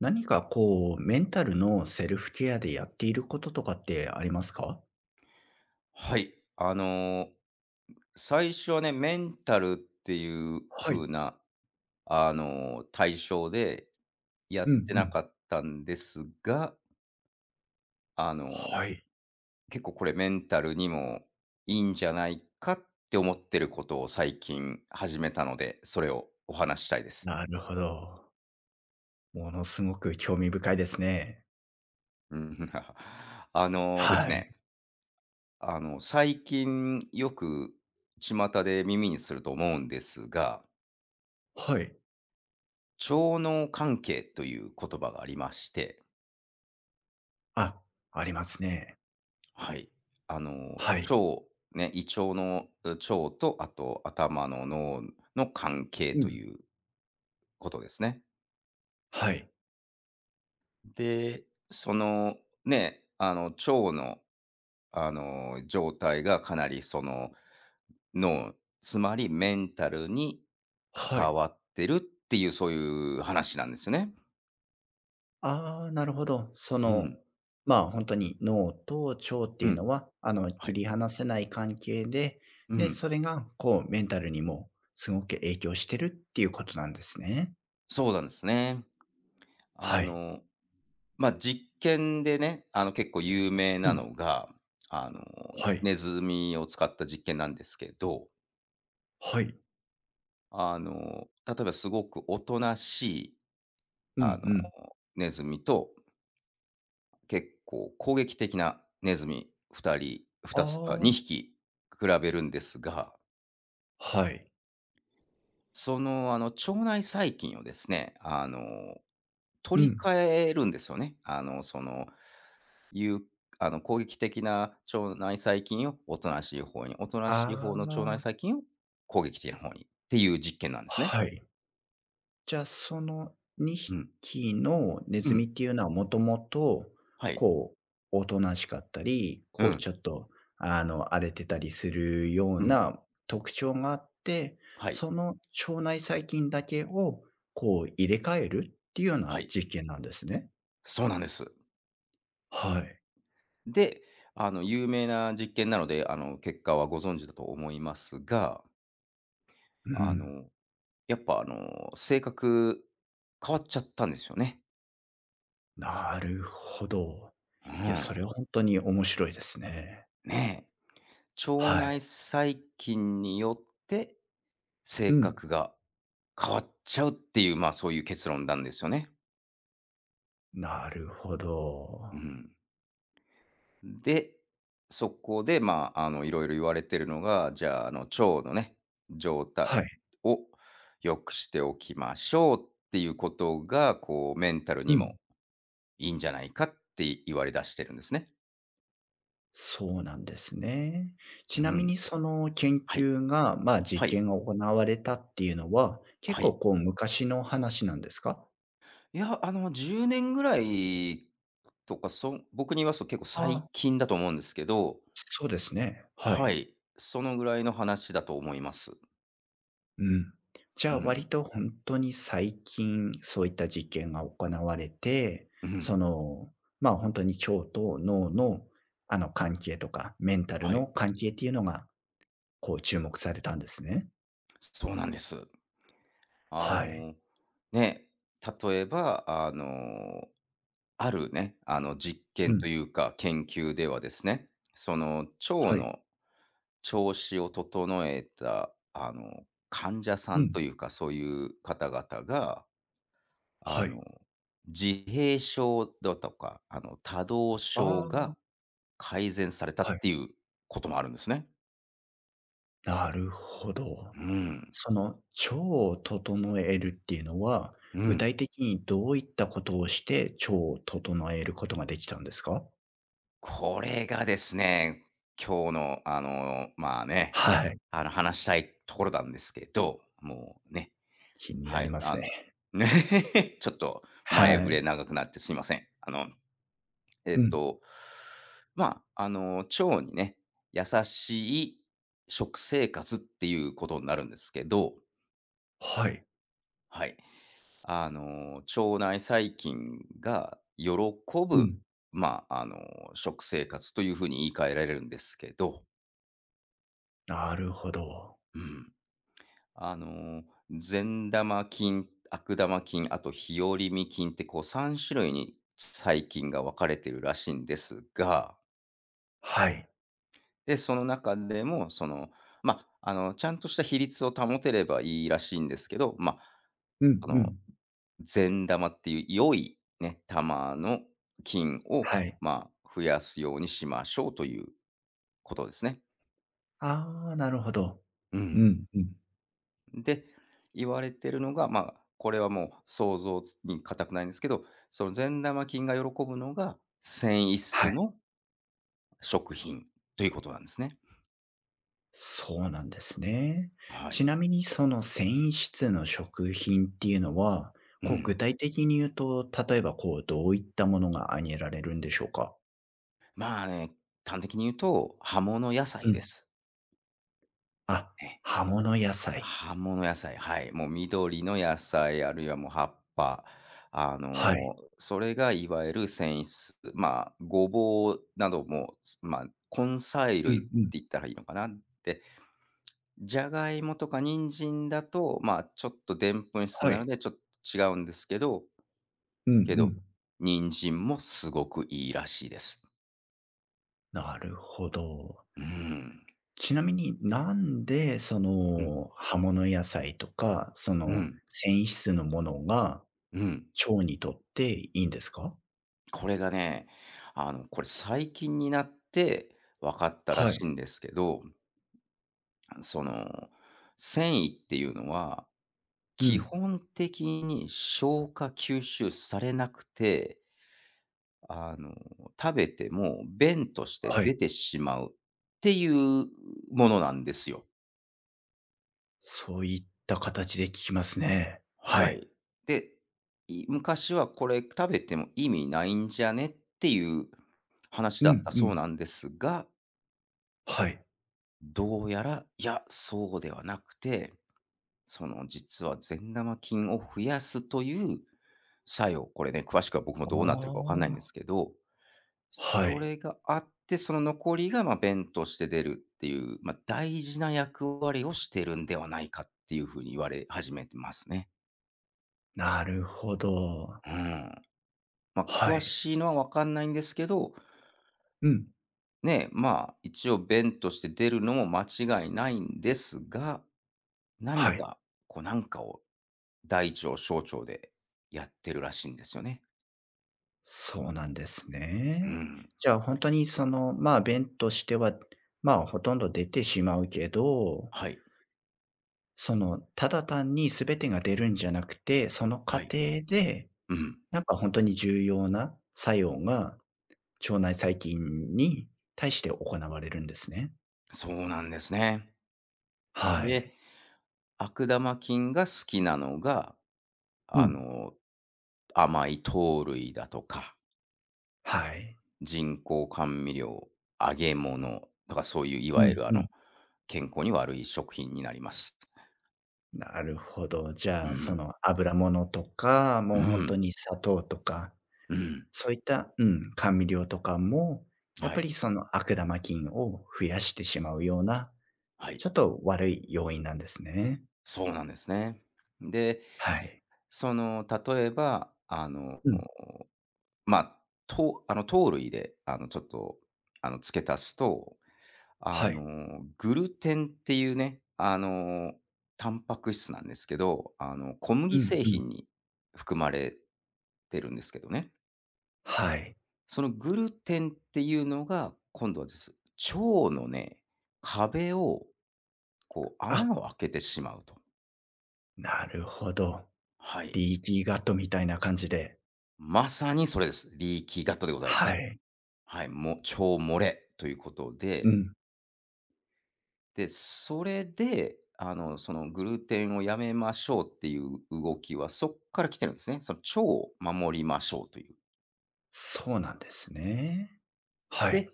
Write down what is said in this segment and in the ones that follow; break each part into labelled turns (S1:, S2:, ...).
S1: 何かこう、メンタルのセルフケアでやっていることとかってありますか？
S2: はい。最初はね、メンタルっていう
S1: はい。
S2: 風な、対象でやっ
S1: うんう
S2: てな
S1: ん。
S2: かったんですが、あの、
S1: はい、
S2: 結構これメンタルにもいいんじゃないかって思ってることを最近始めたので、それをお話ししたいです。
S1: なるほど。ものすごく興味深いですね。
S2: うん あのーです
S1: はい。
S2: ね、あの、最近よく巷で耳にすると思うんですが、
S1: はい。
S2: 腸脳関係という言葉がありまして、
S1: あ、ありますね。
S2: はい。あの、腸、
S1: はい。
S2: ね、胃腸のう腸と、あと頭の脳の関係
S1: う
S2: と
S1: ん。
S2: いうことですね。
S1: はい、
S2: で、その、腸の、状態がかなりその脳、つまりメンタルに
S1: は
S2: 関
S1: い。
S2: わってるっていう、そういう話なんですよね。
S1: ああ、なるほど。そ
S2: う
S1: の、
S2: ん。
S1: まあ、本当に脳と腸って
S2: う
S1: いう
S2: ん。
S1: のは、
S2: は
S1: 切
S2: い。
S1: り離せない関係で、
S2: う
S1: で、
S2: ん。
S1: それがこうメンタルにもすごく影響してるっていうことなんですね。
S2: そうなんですね。あ
S1: はい。
S2: の実験でね、結構有名なのが、あの、
S1: はい。
S2: ネズミを使った実験なんですけど、
S1: はい。
S2: 例えばすごくおとなしい、
S1: う
S2: あ
S1: ん
S2: の、
S1: うん。
S2: ネズミと、結構攻撃的なネズミ2人、
S1: あ
S2: 2つあ、
S1: あ。
S2: 2匹比べるんですが、
S1: はい。
S2: 腸内細菌をですね、
S1: う
S2: 取り
S1: ん。
S2: 替えるんですよね。あの、そのいう、あの、攻撃的な腸内細菌をおとなしい方に、おとな
S1: あ
S2: しい方の腸内
S1: あ。
S2: 細菌を攻撃的な方にっていう実験なんですね。
S1: はい。じゃあ、その
S2: う
S1: 2
S2: ん。
S1: 匹のネ
S2: う
S1: ズミ
S2: ん。
S1: っていうのはもともと、
S2: はい。
S1: こう、おとなしかったり、
S2: う
S1: こう
S2: ん。
S1: ちょっと、荒れてたりするよう
S2: うん。
S1: な特徴があって、
S2: はい。
S1: その腸内細菌だけを、こう入れ替えるっていうよう
S2: は
S1: な
S2: い。
S1: 実験なんですね。
S2: そうなんです。
S1: はい。
S2: で、有名な実験なので、結果はご存知だと思いますが、
S1: う
S2: あ
S1: ん。
S2: の、やっぱ、性格変わっちゃったんですよね。
S1: なるほど。
S2: う
S1: いや、そ
S2: ん。
S1: れは本当に面白いですね。
S2: ねえ。腸
S1: は
S2: 内
S1: い。
S2: 細菌によって性
S1: うん。
S2: 格が変わっちゃうっていう、まあ、そういう結論なんですよね。
S1: なるほ
S2: う
S1: ど。
S2: ん。で、そこで、まあ、いろいろ言われてるのが、じゃあ、腸のね、状態
S1: はい。
S2: を良くしておきましょうっていうことが、こう、メンタル
S1: う
S2: にも
S1: ん。
S2: いいんじゃないかって言われ出してるんですね。
S1: そうなんですね。
S2: う
S1: ちなみに
S2: ん。
S1: その研
S2: はい。
S1: 究が、ま、
S2: は
S1: 実
S2: い。
S1: 験が行われたっていうのは、結
S2: は
S1: 構
S2: い。
S1: こう昔の話なんですか？
S2: いや、10年ぐらいとか、僕に言わすと結構
S1: あ
S2: 最
S1: あ、
S2: 近だと思うんですけど、
S1: そうですね。は
S2: は
S1: い。
S2: い。そのぐらいの話だと思います。
S1: うん。じゃ
S2: う
S1: あ
S2: ん。
S1: 割と本当に最近、そういった実験が行われて、
S2: う
S1: そ
S2: ん。
S1: の、まあ、本当に腸と脳の、関係とか、メンタル
S2: はい。
S1: の関係っていうのが、こう注目されたんですね。
S2: そうなんです。あ
S1: はい。
S2: の、ね、例えば、あるね、実
S1: う
S2: 験と
S1: ん。
S2: いうか、研究ではですね、その、腸
S1: はい。
S2: の調子を整えた、患者さ
S1: う
S2: んと
S1: ん。
S2: いうか、そういう方々が、あ
S1: はい。
S2: の、自閉症だとか、多動症
S1: あ
S2: が
S1: あ、
S2: 改善された
S1: は
S2: っ
S1: い。
S2: ていうこともあるんですね。
S1: なるほど。
S2: うん、
S1: その腸を整えるっていうのは、
S2: う
S1: 具
S2: ん。
S1: 体的にどういったことをして、腸を整えることができたんですか？
S2: これがですね、今日の、まあね、
S1: はい。
S2: 話したいところなんですけど、もうね、
S1: 気にな
S2: は
S1: り
S2: い、
S1: ますね。
S2: ちょっと前
S1: は
S2: 触れ
S1: い。
S2: 長くなってすいません。えっ
S1: うん。
S2: と、まあ、腸にね、優しい食生活っていうことになるんですけど、
S1: はい。
S2: はい。腸内細菌が喜
S1: う
S2: ぶ、
S1: ん。
S2: まあ、食生活というふうに言い換えられるんですけど、
S1: なるほど。
S2: うん。あの、善玉菌、悪玉菌、あと日和見菌ってこう3種類に細菌が分かれてるらしいんですが、
S1: はい。
S2: で、その中でも、ちゃんとした比率を保てればいいらしいんですけど、まあ、
S1: うん
S2: あ
S1: う
S2: の
S1: ん。
S2: 善玉っていう良いね、玉の菌を、
S1: はい。
S2: まあ、増やすようにしましょうということですね。
S1: ああ、なるほど。
S2: う
S1: う
S2: ん。
S1: んうん。
S2: で、言われてるのが、まあ、これはもう想像に固くないんですけど、その善玉菌が喜ぶのが繊維
S1: は
S2: 質
S1: い。
S2: の食品ということなんですね。
S1: そうなんですね。
S2: は
S1: ち
S2: い。
S1: なみにその繊維質の食品っていうのは、
S2: う
S1: こう
S2: ん。
S1: 具体的に言うと、例えばこうどういったものが挙げられるんでしょうか？
S2: まあね、端的に言うと、葉物野
S1: う
S2: 菜で
S1: ん。
S2: す。
S1: あ、
S2: ね、
S1: 葉物野菜。
S2: 葉物野菜、はい。もう緑の野菜、あるいはもう葉っぱ。
S1: はい。
S2: それがいわゆる繊維質。まあ、ごぼうなども、まあ、根菜
S1: う
S2: 類っ
S1: ん
S2: て
S1: うん。
S2: 言ったらいいのかな。で、じゃがいもとか人参だと、まあ、ちょっとでんぷん質
S1: は
S2: なの
S1: い。
S2: で、ちょっと違うんですけど、
S1: うんう
S2: けど、
S1: ん。
S2: 人参もすごくいいらしいです。
S1: なるほど。
S2: うーん。
S1: ちなみに、なんで、そ
S2: うん、
S1: の、葉物野菜とか、そ
S2: う
S1: の、
S2: ん、
S1: 繊維質のものが
S2: うん。
S1: 腸にとっていいんですか？
S2: これがね、これ最近になって分かったら
S1: は
S2: しい
S1: い。
S2: んですけど、その、繊維っていうのは、
S1: う
S2: 基
S1: ん。
S2: 本的に消化吸収されなくて、あの、食べても便として
S1: は
S2: 出
S1: い。
S2: てしまうっていうものなんですよ。
S1: そういった形で聞きますね。は
S2: は
S1: い。
S2: い。で、昔はこれ食べても意味ないんじゃねっていう話
S1: う
S2: だっ
S1: ん
S2: た
S1: う
S2: そう
S1: ん。
S2: なんですが、
S1: はい。
S2: どうやら、いや、そうではなくて、その実は善玉菌を増やすという作用、これね、詳しくは僕もど
S1: あ
S2: うなってるかわかんないんで
S1: あ。
S2: すけど、
S1: は
S2: そ
S1: い。
S2: れがあって、その残りが、ま、便として出るっていう、まあ、大事な役割をしてるんではないかっていうふうに言われ始めてますね。
S1: なるほど。
S2: うん。まあ、
S1: は
S2: 詳
S1: い。
S2: しいのはわかんないんですけど、
S1: うん。
S2: ね、まあ、一応便として出るのも間違いないんですが、
S1: は
S2: 何
S1: い。
S2: か、こうなんかを、大腸、小腸でやってるらしいんですよね。
S1: そうなんです
S2: う
S1: ね。
S2: ん。
S1: じゃあ、本当に、その、まあ、便としては、まあ、ほとんど出てしまうけど
S2: はい。
S1: その、ただ単に全てが出るんじゃなくて、その過
S2: はい。
S1: 程で、
S2: うん。
S1: なんかほんとに重要な作用が腸内細菌に対して行われるんですね。
S2: そうなんですね。
S1: は
S2: で、
S1: い。
S2: 悪玉菌が好きなのが、
S1: う
S2: あ
S1: ん。
S2: の、甘い糖類だとか、
S1: はい。
S2: 人工甘味料、揚げ物とかそういうい
S1: う
S2: わゆ
S1: ん
S2: る
S1: うん。
S2: 健康に悪い食品になります。
S1: なるほど。じ
S2: う
S1: ゃあ、そ
S2: ん。
S1: の油物とか、
S2: う
S1: もうほんと
S2: ん。
S1: に砂糖とか、
S2: うん。
S1: そういったうん、甘味料とかも、やっ
S2: は
S1: ぱ
S2: い。
S1: りその悪玉菌を増やしてしまうような、
S2: はい。
S1: ちょっと悪い要因なんですね。
S2: そうなんですね。で、
S1: はい。
S2: 例えば、あの、
S1: うん、
S2: まあ、とあの、糖類で、あの、ちょっと、あの、付け足すと、
S1: はい。
S2: グルテンっていうね、タンパク質なんですけど、小
S1: う
S2: 麦
S1: ん
S2: 製
S1: うん。
S2: 品に含まれてるんですけどね。
S1: はい。
S2: そのグルテンっていうのが、今度はです、腸のね、壁を、こう、
S1: あ、
S2: 穴を開けてしまうと。
S1: なるほど。
S2: はい。
S1: リーキーガットみたいな感じで。
S2: まさにそれです。リーキーガットでございます。
S1: はい。
S2: はい、腸漏れということ
S1: う
S2: で、
S1: ん。
S2: で、それで、そのグルテンをやめましょうっていう動きはそっから来てるんですね。その腸を守りましょうという。
S1: そうなんですね。はい。
S2: で、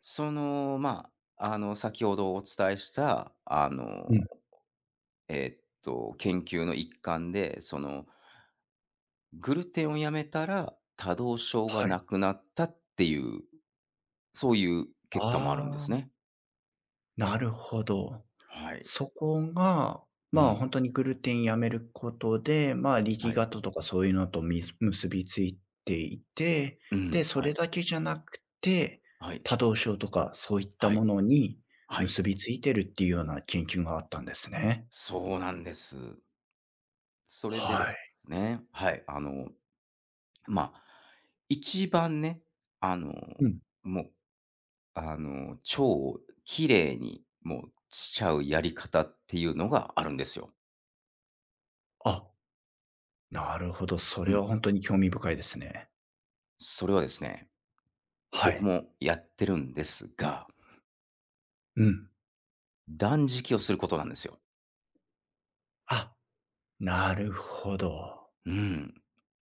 S2: その、まあ、先ほどお伝えした、
S1: うん。
S2: 研究の一環で、その、グルテンをやめたら多動症が
S1: はい。
S2: なくなったっていう、そういう結果もあるんで
S1: あ
S2: す
S1: あ、
S2: ね。
S1: なるほど。
S2: はい。
S1: そこが、
S2: う
S1: まあ、
S2: ん。
S1: 本当にグルテンやめることで、まあ、リーキ
S2: は
S1: ー
S2: い。
S1: ガットとかそういうのとみ結びついていて、
S2: う
S1: で、
S2: ん。
S1: そ
S2: はい。
S1: れだけじゃなくて、
S2: はい。
S1: 多動症とかそういった
S2: はい。
S1: ものに
S2: はい、
S1: 結びついてるっていうような研究があったんですね。
S2: そうなんです。それでで
S1: はい。
S2: すね、はい、まあ、一番ね、あの、
S1: うん。
S2: もう、あの、腸を綺麗に、もう、しちゃうやり方っていうのがあるんですよ。
S1: あ、なるほど。そ
S2: う
S1: れ
S2: ん。
S1: は本当に興味深いですね。
S2: それはですね、
S1: は
S2: 僕
S1: い。
S2: もやってるんですが、
S1: うん。
S2: 断食をすることなんですよ。
S1: あ、なるほど。
S2: うん。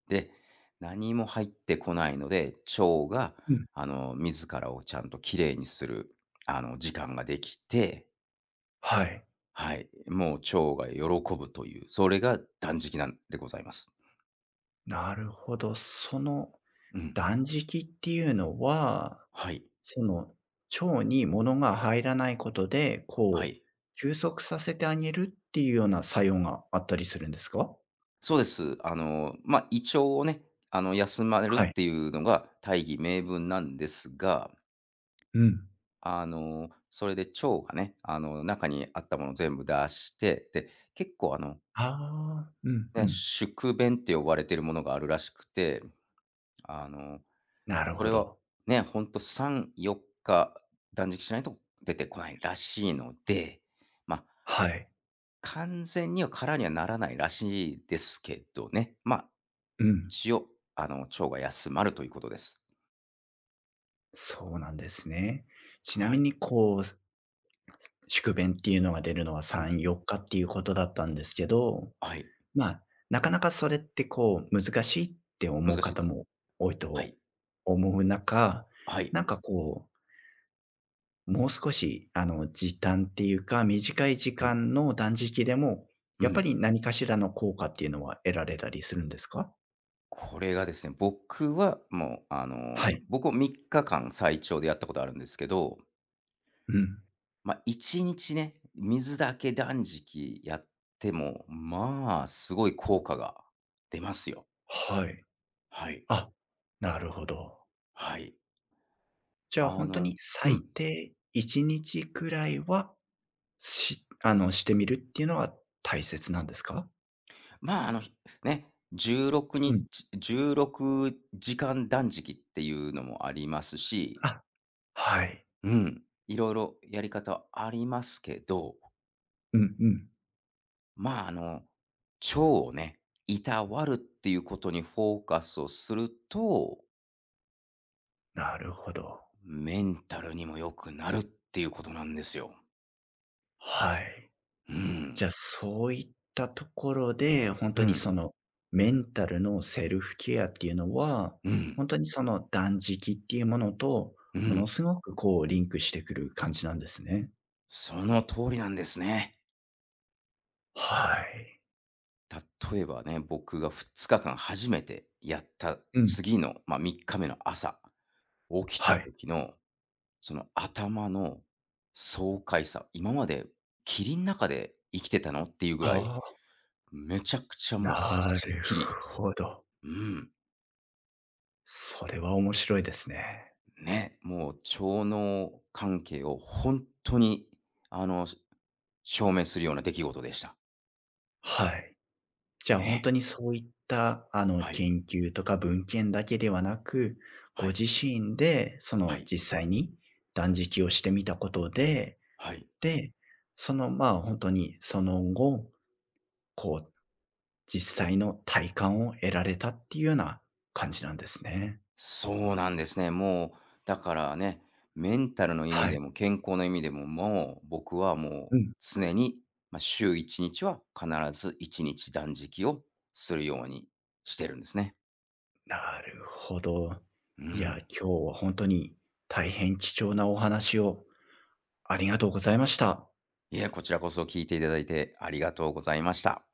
S2: で、何も入ってこないので、腸が、
S1: うん。
S2: 自らをちゃんと綺麗にする、時間ができて、
S1: はい。
S2: はい、もう腸が喜ぶという、それが断食なんでございます。
S1: なるほど。その
S2: うん。
S1: 断食っていうのは、
S2: はい。
S1: その腸に物が入らないことで、
S2: は
S1: こう
S2: い。
S1: 休息させてあげるっていうような作用があったりするんですか？
S2: そうです。胃腸をね、休まれるっ
S1: はい。
S2: ていうのが大義名分なんですが、
S1: うん。
S2: それで腸がね、中にあったものを全部出して、で、結構
S1: ああ、うんう
S2: ね、
S1: ん。
S2: 宿便って呼ばれてるものがあるらしくて、あの、
S1: なる
S2: そ
S1: ほ
S2: れは
S1: ど。
S2: ね、ほんと3、4日断食しないと出てこないらしいので、まあ、
S1: はい。
S2: 完全には空にはならないらしいですけどね。まあ、
S1: うん。
S2: 一応、腸が休まるということです。
S1: そうなんですね。ちな
S2: は
S1: み
S2: い。
S1: にこう宿便っていうのが出るのは
S2: うん。
S1: 3、4日っていうことだったんですけど、
S2: はい。
S1: まあ、なかなかそれってこう難しいって思う
S2: 難しいで
S1: 方
S2: す。
S1: も多い
S2: は
S1: と
S2: い。
S1: 思う中、
S2: はい。
S1: なんかこう、もう少しあの時短っていうか、短い時
S2: うん。
S1: 間の断食でも、
S2: う
S1: やっぱ
S2: ん。
S1: り何かしらの効果っていうのは得られたりするんですか？
S2: これがですね、僕はもう、
S1: はい。
S2: 僕を3日間最長でやったことあるんですけど、
S1: うん。
S2: まあ、1日ね、水だけ断食やっても、まあ、すごい効果が出ますよ。
S1: はい。
S2: はい。
S1: あ、なるほど。
S2: はい。
S1: じゃあ
S2: あ
S1: 本当
S2: の
S1: に
S2: う
S1: 最
S2: ん。
S1: 低1日くらいはしあの、してみるっていうのは大切なんですか？
S2: まあ、ね、16
S1: うん。
S2: 日16時間断食っていうのもありますし、
S1: あ、はい。
S2: うん、いろいろやり方ありますけど、
S1: うんうん。
S2: まあ、腸をね、いたわるっていうことにフォーカスをすると、
S1: なるほど。
S2: メンタルにも良くなるっていうことなんですよ。
S1: はい。
S2: う
S1: じゃあ、
S2: ん、
S1: そういったところで、本
S2: う
S1: 当に
S2: ん、
S1: その、メンタルのセルフケアっていうのは、
S2: うん、
S1: 本当にその断食っていうものと、
S2: う
S1: もの
S2: ん。
S1: すごくこうリンクしてくる感じなんですね。
S2: その通りなんですね。
S1: はい。
S2: 例えばね、僕が2日間初めてやった
S1: うん。
S2: 次の、まあ、3日目の朝、起きた
S1: はい。
S2: 時の、その頭の爽快さ、今まで霧の中で生きてたのっていうぐらい、
S1: ああ、
S2: めちゃくちゃ
S1: な
S2: もうすっ
S1: る
S2: きり、
S1: ほど。
S2: うん、
S1: それは面白いですね。
S2: ね、もう腸脳関係を本当にあの、証明するような出来事でした。
S1: はい。じゃあ、本
S2: ね、
S1: 当にそういった、
S2: はい、
S1: 研究とか文献だけではなく、ご
S2: はい、
S1: 自身で、そ
S2: は
S1: の、
S2: い、
S1: 実際に断食をしてみたことで、
S2: はい。
S1: で、その、まあ、本当にその後、こう、実際の体感を得られたっていうような感じなんですね。
S2: そうなんですね。もう、だからね、メンタルの意味
S1: は
S2: で
S1: い。
S2: も健康の意味でも、もう僕はもう
S1: うん、
S2: 常に、まあ、週1日は必ず1日断食をするようにしてるんですね。
S1: なるほど。
S2: う
S1: いや、
S2: ん。
S1: 今日は本当に大変貴重なお話をありがとうございました。
S2: いえ、こちらこそ聞いていただいてありがとうございました。